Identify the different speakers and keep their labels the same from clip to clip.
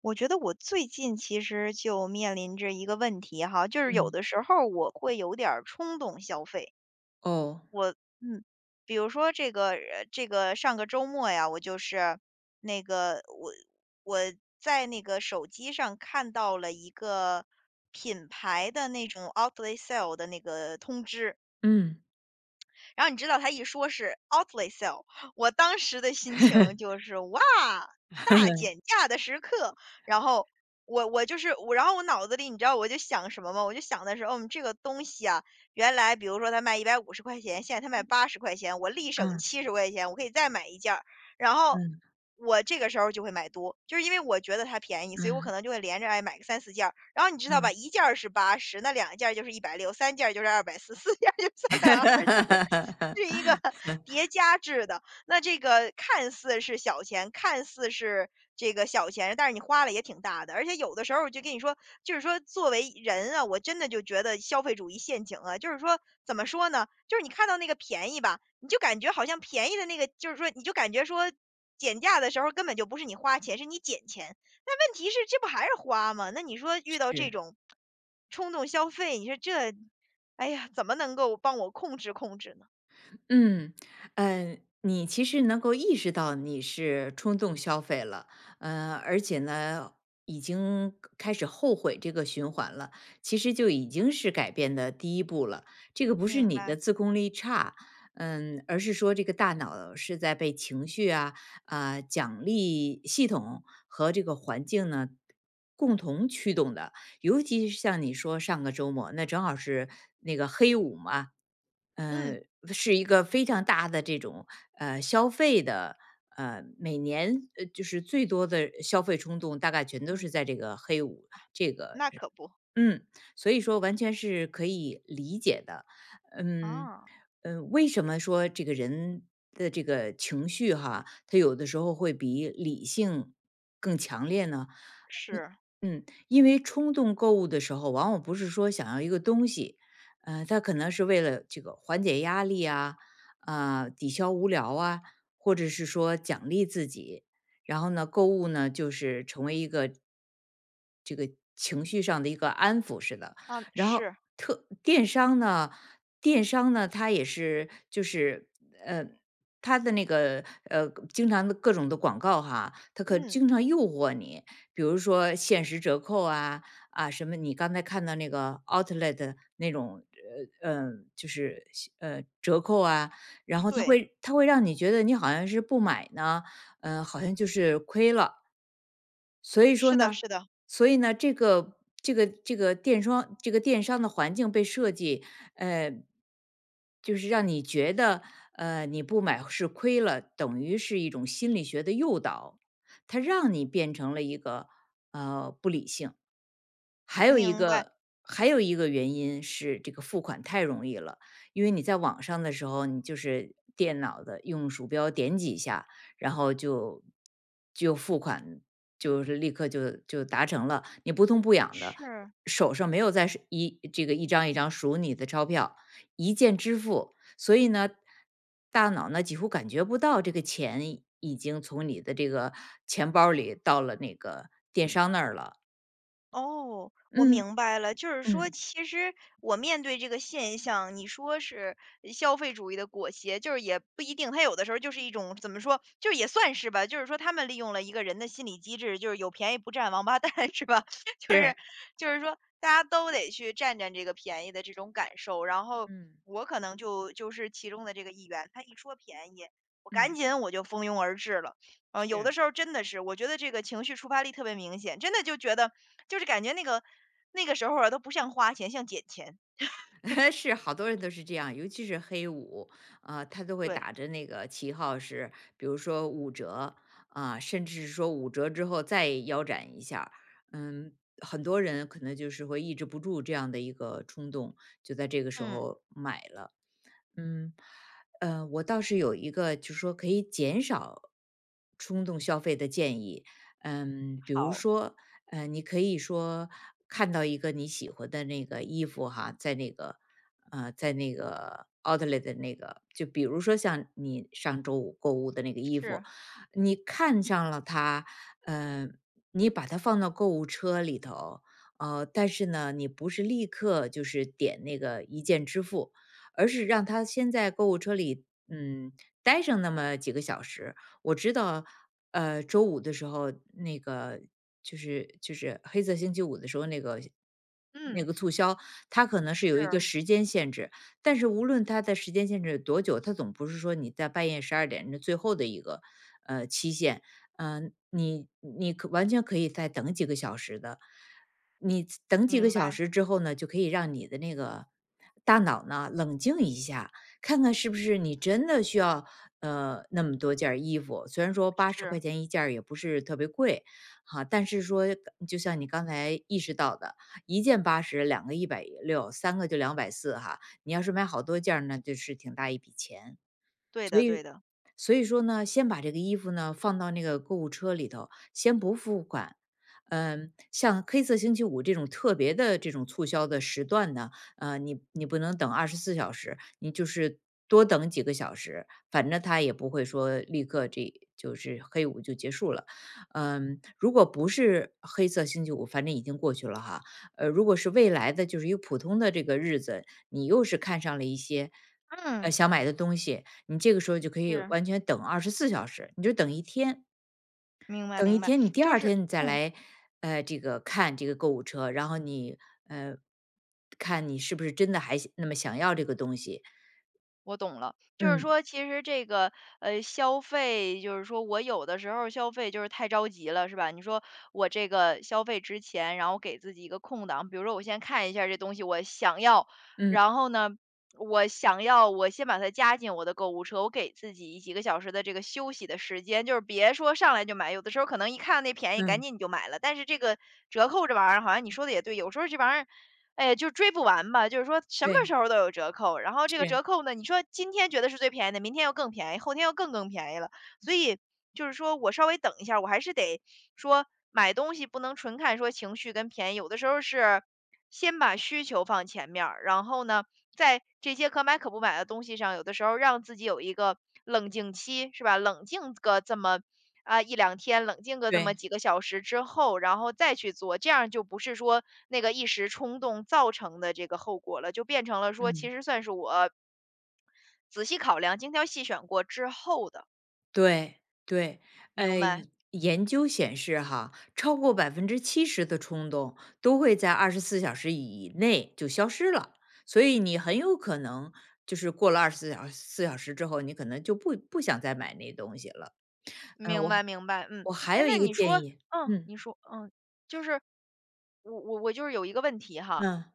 Speaker 1: 我觉得我最近其实就面临着一个问题哈，就是有
Speaker 2: 嗯。
Speaker 1: 的时候我会有点儿冲动消费。
Speaker 2: 哦。
Speaker 1: 嗯。比如说这个上个周末呀，我就是那个我我在那个手机上看到了一个品牌的那种 outlet sale 的那个通知。
Speaker 2: 嗯。
Speaker 1: 然后你知道他一说是 Outlet Sale，我当时的心情 就是哇，大
Speaker 2: 嗯，
Speaker 1: 减价的时刻。然后我我就是我，然后我脑子里你知道我就想什么吗？我就想的是，这个东西啊，原来比如说它卖150块钱，现在它卖80块钱，我立
Speaker 2: 呵
Speaker 1: 省
Speaker 2: 呵，
Speaker 1: 70块钱，我可以再买一件儿。然后
Speaker 2: 嗯，
Speaker 1: 我这个时候就会买多，就是因为我觉得它便宜，所以我可
Speaker 2: 嗯，
Speaker 1: 能就会连着哎买个3、4件儿。然后你知道吧，
Speaker 2: 嗯。
Speaker 1: 一件儿是八十，那2件儿就是160，3件儿就是240，四件儿就是320，是一个 叠加制的。那这个看似是小钱，看似是这个小钱，但是你花了也挺大的。而且有的时候，就跟你说，就是说作为人啊，我真的就觉得消费主义陷阱啊，就是说怎么说呢？就是你看到那个便宜吧，你就感觉好像便宜的那个，就是说你就感觉说，减价的时候根本就不是你花钱，是你捡钱。那问题是，这不还是花吗？那你说遇到这
Speaker 2: 是。
Speaker 1: 种冲动消费，你说这，哎呀，怎么能够帮我控制控制呢？
Speaker 2: 嗯，嗯，你其实能够意识到你是冲动消费了，而且呢，已经开始后悔这个循环了，其实就已经是改变的第一步了。这个不是
Speaker 1: 明
Speaker 2: 你的
Speaker 1: 白，
Speaker 2: 自控力差，嗯，而是说这个大脑是在被情绪啊、啊、奖励系统和这个环境呢，共同驱动的。尤其是像你说上个周末，那正好是那个黑五嘛。
Speaker 1: 嗯
Speaker 2: 嗯，是一个非常大的这种消费的，每年就是最多的消费冲动，大概全都
Speaker 1: 嗯，
Speaker 2: 是在这个黑五这个。
Speaker 1: 那可不。
Speaker 2: 嗯，所以说完全是可以理解的。嗯。
Speaker 1: 啊，
Speaker 2: 嗯。为什么说这个人的这个情绪哈，他有的时候会比理性更强烈呢？一
Speaker 1: 是，
Speaker 2: 嗯，因为冲动购物的时候，往往不是说想要一个东西，他可能是为了这个缓解压力啊，啊、抵消无聊啊，或者是说奖励自己。然后呢，购物呢，就是成为一个情绪上的一个安抚似的。
Speaker 1: 啊，
Speaker 2: 然后
Speaker 1: 是，
Speaker 2: 电商呢，它也是就是呃，它的那个经常的各种的广告哈，它可
Speaker 1: 嗯，
Speaker 2: 经常诱惑你，比如说限时折扣啊什么，你刚才看到那个 outlet 那种就是折扣啊，然后它
Speaker 1: 对，
Speaker 2: 会它会让你觉得你好像是不买呢，好像就是亏了。所以说
Speaker 1: 是的
Speaker 2: 呢，
Speaker 1: 是的，
Speaker 2: 所以呢，这个这个这个电商这个电商的环境被设计，呃，就是让你觉得，你不买是亏了，等于是一种心理学的诱导，它让你变成了一个不理性。还有一
Speaker 1: 明白，
Speaker 2: 个还有一个原因是这个付款太容易了，因为你在网上的时候，你就是电脑的用鼠标点几下，然后就付款，就是立刻就达成了，你不痛不痒的，
Speaker 1: 是。
Speaker 2: 手上没有再是这个一张一张数你的钞票，一键支付。所以呢，大脑呢几乎感觉不到这个钱已经从你的这个钱包里到了那个电商那儿了。
Speaker 1: 哦，我
Speaker 2: 嗯，
Speaker 1: 明白了，就是说，
Speaker 2: 嗯。
Speaker 1: 其实我面对这个现象，你说是消费主义的裹挟，就是也不一定，它有的时候就是一种怎么说，就是也算是吧，就是说他们利用了一个人的心理机制，就是有便宜不占王八蛋，是吧？就
Speaker 2: 是。
Speaker 1: 是就是说，大家都得去占占这个便宜的这种感受，然后
Speaker 2: 嗯，
Speaker 1: 我可能就是其中的这个一员，他一说便宜，我赶
Speaker 2: 嗯。
Speaker 1: 紧我就蜂拥而至了。有的
Speaker 2: 是。
Speaker 1: 时候真的是，我觉得这个情绪触发力特别明显，真的就觉得就是感觉那个时候啊，都不像花钱，像捡钱。
Speaker 2: 是，好多人都是这样，尤其是黑五，啊，他都会
Speaker 1: 对，
Speaker 2: 打着那个旗号，是，比如说五折，啊，甚至是说五折之后再腰斩一下儿。嗯，很多人可能就是会抑制不住这样的一个冲动，就在这个时
Speaker 1: 嗯，
Speaker 2: 候买了。嗯，我倒是有一个，就是说可以减少冲动消费的建议。嗯，比如
Speaker 1: 好，
Speaker 2: 说，你可以说看到一个你喜欢的那个衣服哈，在那个在那个 outlet 的那个，就比如说像你上周五购物的那个衣服，
Speaker 1: 是，
Speaker 2: 你看上了它，呃，你把它放到购物车里头，但是呢，你不是立刻就是点那个一键支付，而是让他先在购物车里，嗯，待上那么几个小时。我知道，周五的时候那个就是黑色星期五的时候那个
Speaker 1: 嗯，
Speaker 2: 促销，它可能是有一个
Speaker 1: 是，
Speaker 2: 时间限制，但是无论它的时间限制多久，它总不是说你在半夜12点那最后的一个期限。嗯、你可完全可以再等几个小时的，你等几个
Speaker 1: 明
Speaker 2: 小
Speaker 1: 白，
Speaker 2: 时之后呢，就可以让你的那个大脑呢冷静一下，看看是不是你真的需要那么多件儿衣服。虽然说八十块
Speaker 1: 是
Speaker 2: 钱一件儿也不是特别贵，哈、但是说就像你刚才意识到的，1件80，两个160，三个就240哈。你要是买好多件儿呢，就是挺大一笔钱。
Speaker 1: 对的，对的，
Speaker 2: 所以说呢，先把这个衣服呢放到那个购物车里头，先不付款。嗯，像黑色星期五这种特别的这种促销的时段呢，你不能等二十四小时，你就是多等几个小时，反正他也不会说立刻这就是黑五就结束了。嗯，如果不是黑色星期五，反正已经过去了哈。如果是未来的，就是一个普通的这个日子，你又是看上了一些
Speaker 1: 嗯
Speaker 2: 想买的东西，你这个时候就可以
Speaker 1: 是
Speaker 2: 完全等二十四小时，你就等一天。
Speaker 1: 明白，
Speaker 2: 等一
Speaker 1: 明白，
Speaker 2: 天，你第
Speaker 1: 就
Speaker 2: 二
Speaker 1: 是
Speaker 2: 天你再
Speaker 1: 嗯。
Speaker 2: 来，这个看这个购物车，然后你，呃，看你是不是真的还那么想要这个东西。
Speaker 1: 我懂了，就是
Speaker 2: 嗯。
Speaker 1: 说，其实消费就是说我有的时候消费就是太着急了，是吧？你说我这个消费之前，然后给自己一个空档，比如说我先看一下这东西我想要，
Speaker 2: 嗯。
Speaker 1: 然后呢，我想要我先把它加进我的购物车，我给自己几个小时的这个休息的时间，就是别说上来就买，有的时候可能一看那便宜，赶
Speaker 2: 嗯，
Speaker 1: 紧你就买了，但是这个折扣这玩意儿，好像你说的也对，有时候这玩意儿哎呀，就追不完吧，就是说什么
Speaker 2: 对，
Speaker 1: 时候都有折扣，然后这个
Speaker 2: 是，
Speaker 1: 折扣呢，你说今天觉得是最便宜的，明天又更便宜，后天又更更便宜了，所以就是说我稍微等一下，我还是得说买东西不能纯看说情绪跟便宜，有的时候是先把需求放前面儿，然后呢，在这些可买可不买的东西上，有的时候让自己有一个冷静期，是吧？冷静个这么啊一两天，冷静个这么
Speaker 2: 对，
Speaker 1: 几个小时之后，然后再去做，这样就不是说那个一时冲动造成的这个后果了，就变成了说，其
Speaker 2: 嗯。
Speaker 1: 实算是我仔细考量、精挑细选过之后的。
Speaker 2: 对对，
Speaker 1: 明白，
Speaker 2: 以研究显示哈，超过70%的冲动都会在二十四小时以内就消失了，所以你很有可能就是过了二十四小四小时之后，你可能就不想再买那东西了。嗯、
Speaker 1: 明
Speaker 2: 我
Speaker 1: 白，明白。嗯，
Speaker 2: 我还
Speaker 1: 哎，
Speaker 2: 有
Speaker 1: 那
Speaker 2: 一个
Speaker 1: 你
Speaker 2: 建
Speaker 1: 说，
Speaker 2: 议。
Speaker 1: 嗯，
Speaker 2: 嗯，
Speaker 1: 你说，嗯，就是我就是有一个问题哈，
Speaker 2: 嗯，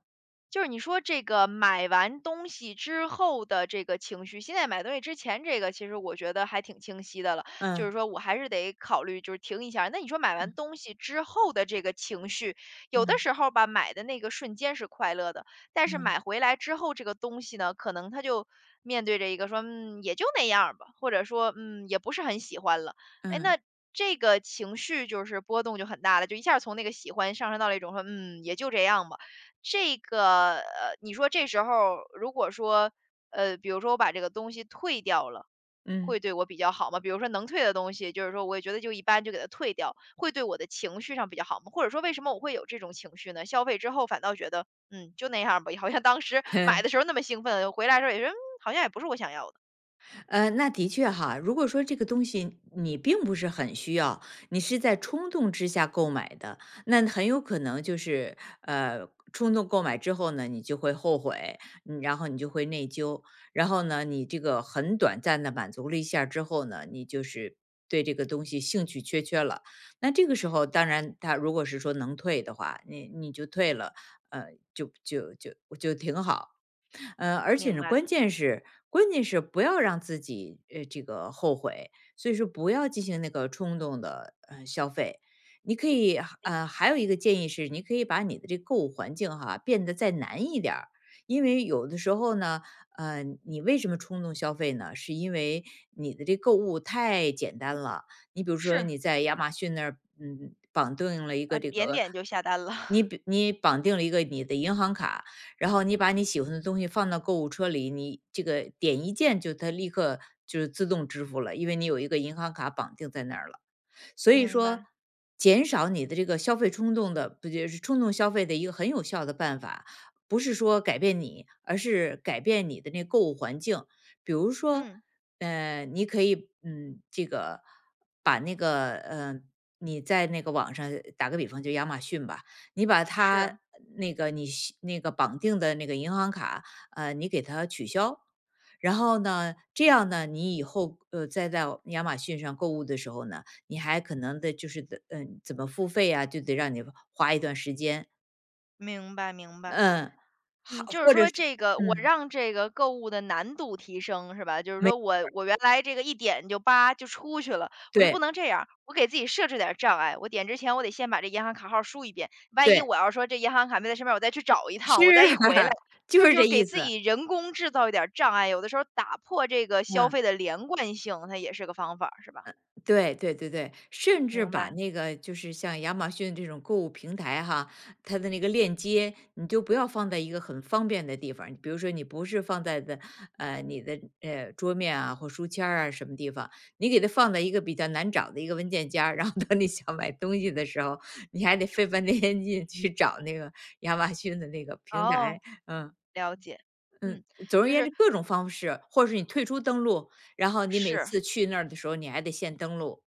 Speaker 1: 就是你说这个买完东西之后的这个情绪，现在买东西之前这个其实我觉得还挺清晰的了，就
Speaker 2: 嗯，
Speaker 1: 是说我还是得考虑，就是停一下儿那你说买完
Speaker 2: 嗯，
Speaker 1: 东西之后的这个情绪，有的
Speaker 2: 嗯，
Speaker 1: 时候吧，买的那个瞬间是快乐的，但是
Speaker 2: 嗯，
Speaker 1: 买回来之后这个东西呢，可能他就面对着一个说，嗯，也就那样儿吧，或者说，嗯，也不是很喜欢了。哎，
Speaker 2: 嗯，嗯。
Speaker 1: 那这个情绪就是波动就很大了，就一下儿从那个喜欢上升到了一种说，嗯，也就这样吧。这个，你说这时候儿如果说，比如说我把这个东西退掉了，
Speaker 2: 嗯。
Speaker 1: 会对我比较好吗？比如说能退的东西，就是说我也觉得就一般，就给它退掉，会对我的情绪上比较好吗？或者说为什么我会有这种情绪呢？消费之后反倒觉得，嗯，就那样儿吧，好像当时 买的 时候那么兴奋，回来的时候也是，嗯，好像也不是我想要的。
Speaker 2: 那的确哈，如果说这个东西你并不是很需要，你是在冲动之下购买的，那很有可能就是冲动购买之后呢，你就会后悔，嗯，然后你就会内疚。然后呢，你这个很短暂的满足了一下儿之后呢，你就是对这个东西兴趣缺缺了。那这个时
Speaker 1: 嗯，
Speaker 2: 候，当然他如果是说能退的话，你就退了，呃，就就就就挺好。而且
Speaker 1: 明
Speaker 2: 呢，
Speaker 1: 白，
Speaker 2: 关键是不要让自己这个后悔，所以说不要进行那个冲动的消费。你可以还有一个建议是，你可以把你的这个购物环境哈变得再难一点儿。因为有的时候呢，你为什么冲动消费呢？是因为你的这购物太简单了。你比如说
Speaker 1: 是。
Speaker 2: 你在亚马逊那儿，嗯，绑定了一
Speaker 1: 啊，
Speaker 2: 个这
Speaker 1: 点
Speaker 2: 个，
Speaker 1: 点就下单了。
Speaker 2: 你绑定了一个你的银行卡，然后你把你喜欢的东西放到购物车里，你这个点一键就它立刻就是自动支付了，因为你有一个银行卡绑定在那儿了。所以
Speaker 1: 明
Speaker 2: 说，
Speaker 1: 白，
Speaker 2: 减少你的这个消费冲动的，不就是冲动消费的一个很有效的办法，不是说改变你，而是改变你的那购物环境。比如说，
Speaker 1: 嗯，
Speaker 2: 你可以，嗯，这个把那个，你在那个网上打个比方，就亚马逊吧，你把它
Speaker 1: 是。
Speaker 2: 那个那个绑定的那个银行卡，你给它取消。然后呢，这样呢，你以后再在亚马逊上购物的时候呢，你还可能的就是的嗯，怎么付费啊，就得让你花一段时间。
Speaker 1: 明白明白。
Speaker 2: 嗯，好。
Speaker 1: 嗯，就是
Speaker 2: 或者
Speaker 1: 说
Speaker 2: 是
Speaker 1: 这个我
Speaker 2: 嗯，
Speaker 1: 让这个购物的难度提升是吧？就是
Speaker 2: 没
Speaker 1: 说我原来这个一点就叭就出去了，我就不
Speaker 2: 对，
Speaker 1: 能这样，我给自己设置点儿障碍。我点之前我得先把这银行卡号输一遍，万一
Speaker 2: 对，
Speaker 1: 我要说这银行卡没在身边我再去找一
Speaker 2: 是。
Speaker 1: 趟，我再一回来，就
Speaker 2: 就
Speaker 1: 是
Speaker 2: 是
Speaker 1: 就
Speaker 2: 这
Speaker 1: 是
Speaker 2: 意
Speaker 1: 给自
Speaker 2: 思。
Speaker 1: 己人工制造一点儿障碍。有的时候打破这个消
Speaker 2: 嗯。
Speaker 1: 费的连贯性，它也是个方法儿是吧？
Speaker 2: 对对对对，甚至
Speaker 1: 明
Speaker 2: 把
Speaker 1: 白
Speaker 2: 那个就是像亚马逊这种购物平台哈，它的那个链接，你就不要放在一个很方便的地方，比如说你不是放在的你的桌面啊或书签儿啊什么地方，你给它放在一个比较难找的一个文件夹儿。然后等你想买东西的时候，你还得费半天劲去找那个亚马逊的那个平
Speaker 1: 哦，
Speaker 2: 台。嗯。
Speaker 1: 了解，嗯，
Speaker 2: 嗯，总而
Speaker 1: 就
Speaker 2: 言之，
Speaker 1: 是
Speaker 2: 各种方式，或者是你退出登录，然后你每
Speaker 1: 是。
Speaker 2: 次去那儿的时候，你还得先登录。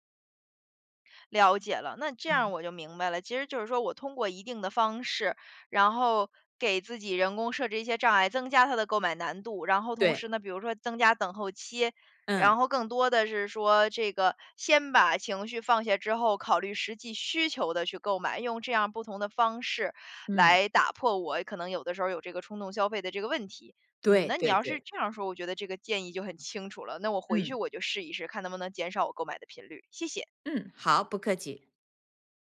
Speaker 1: 了解了，那这样
Speaker 2: 嗯。
Speaker 1: 我就明白了，其实就是说我通过一定的方式，然后给自己人工设置一些障碍，增加它的购买难度，然后同
Speaker 2: 对，
Speaker 1: 时呢，比如说增加等候期，
Speaker 2: 嗯，
Speaker 1: 然后更多的是说这个先把情绪放下之后，考虑实际需求的去购买，用这样不同的方式
Speaker 2: 嗯，
Speaker 1: 来打破我可能有的时候有这个冲动消费的这个问题。嗯，
Speaker 2: 对
Speaker 1: 那你
Speaker 2: 对
Speaker 1: 要是
Speaker 2: 对，
Speaker 1: 这样说，我觉得这个建议就很清楚了。那我回去
Speaker 2: 嗯，
Speaker 1: 我就试一试，看能不能减少我购买的频率。谢谢。
Speaker 2: 嗯，好，不客气。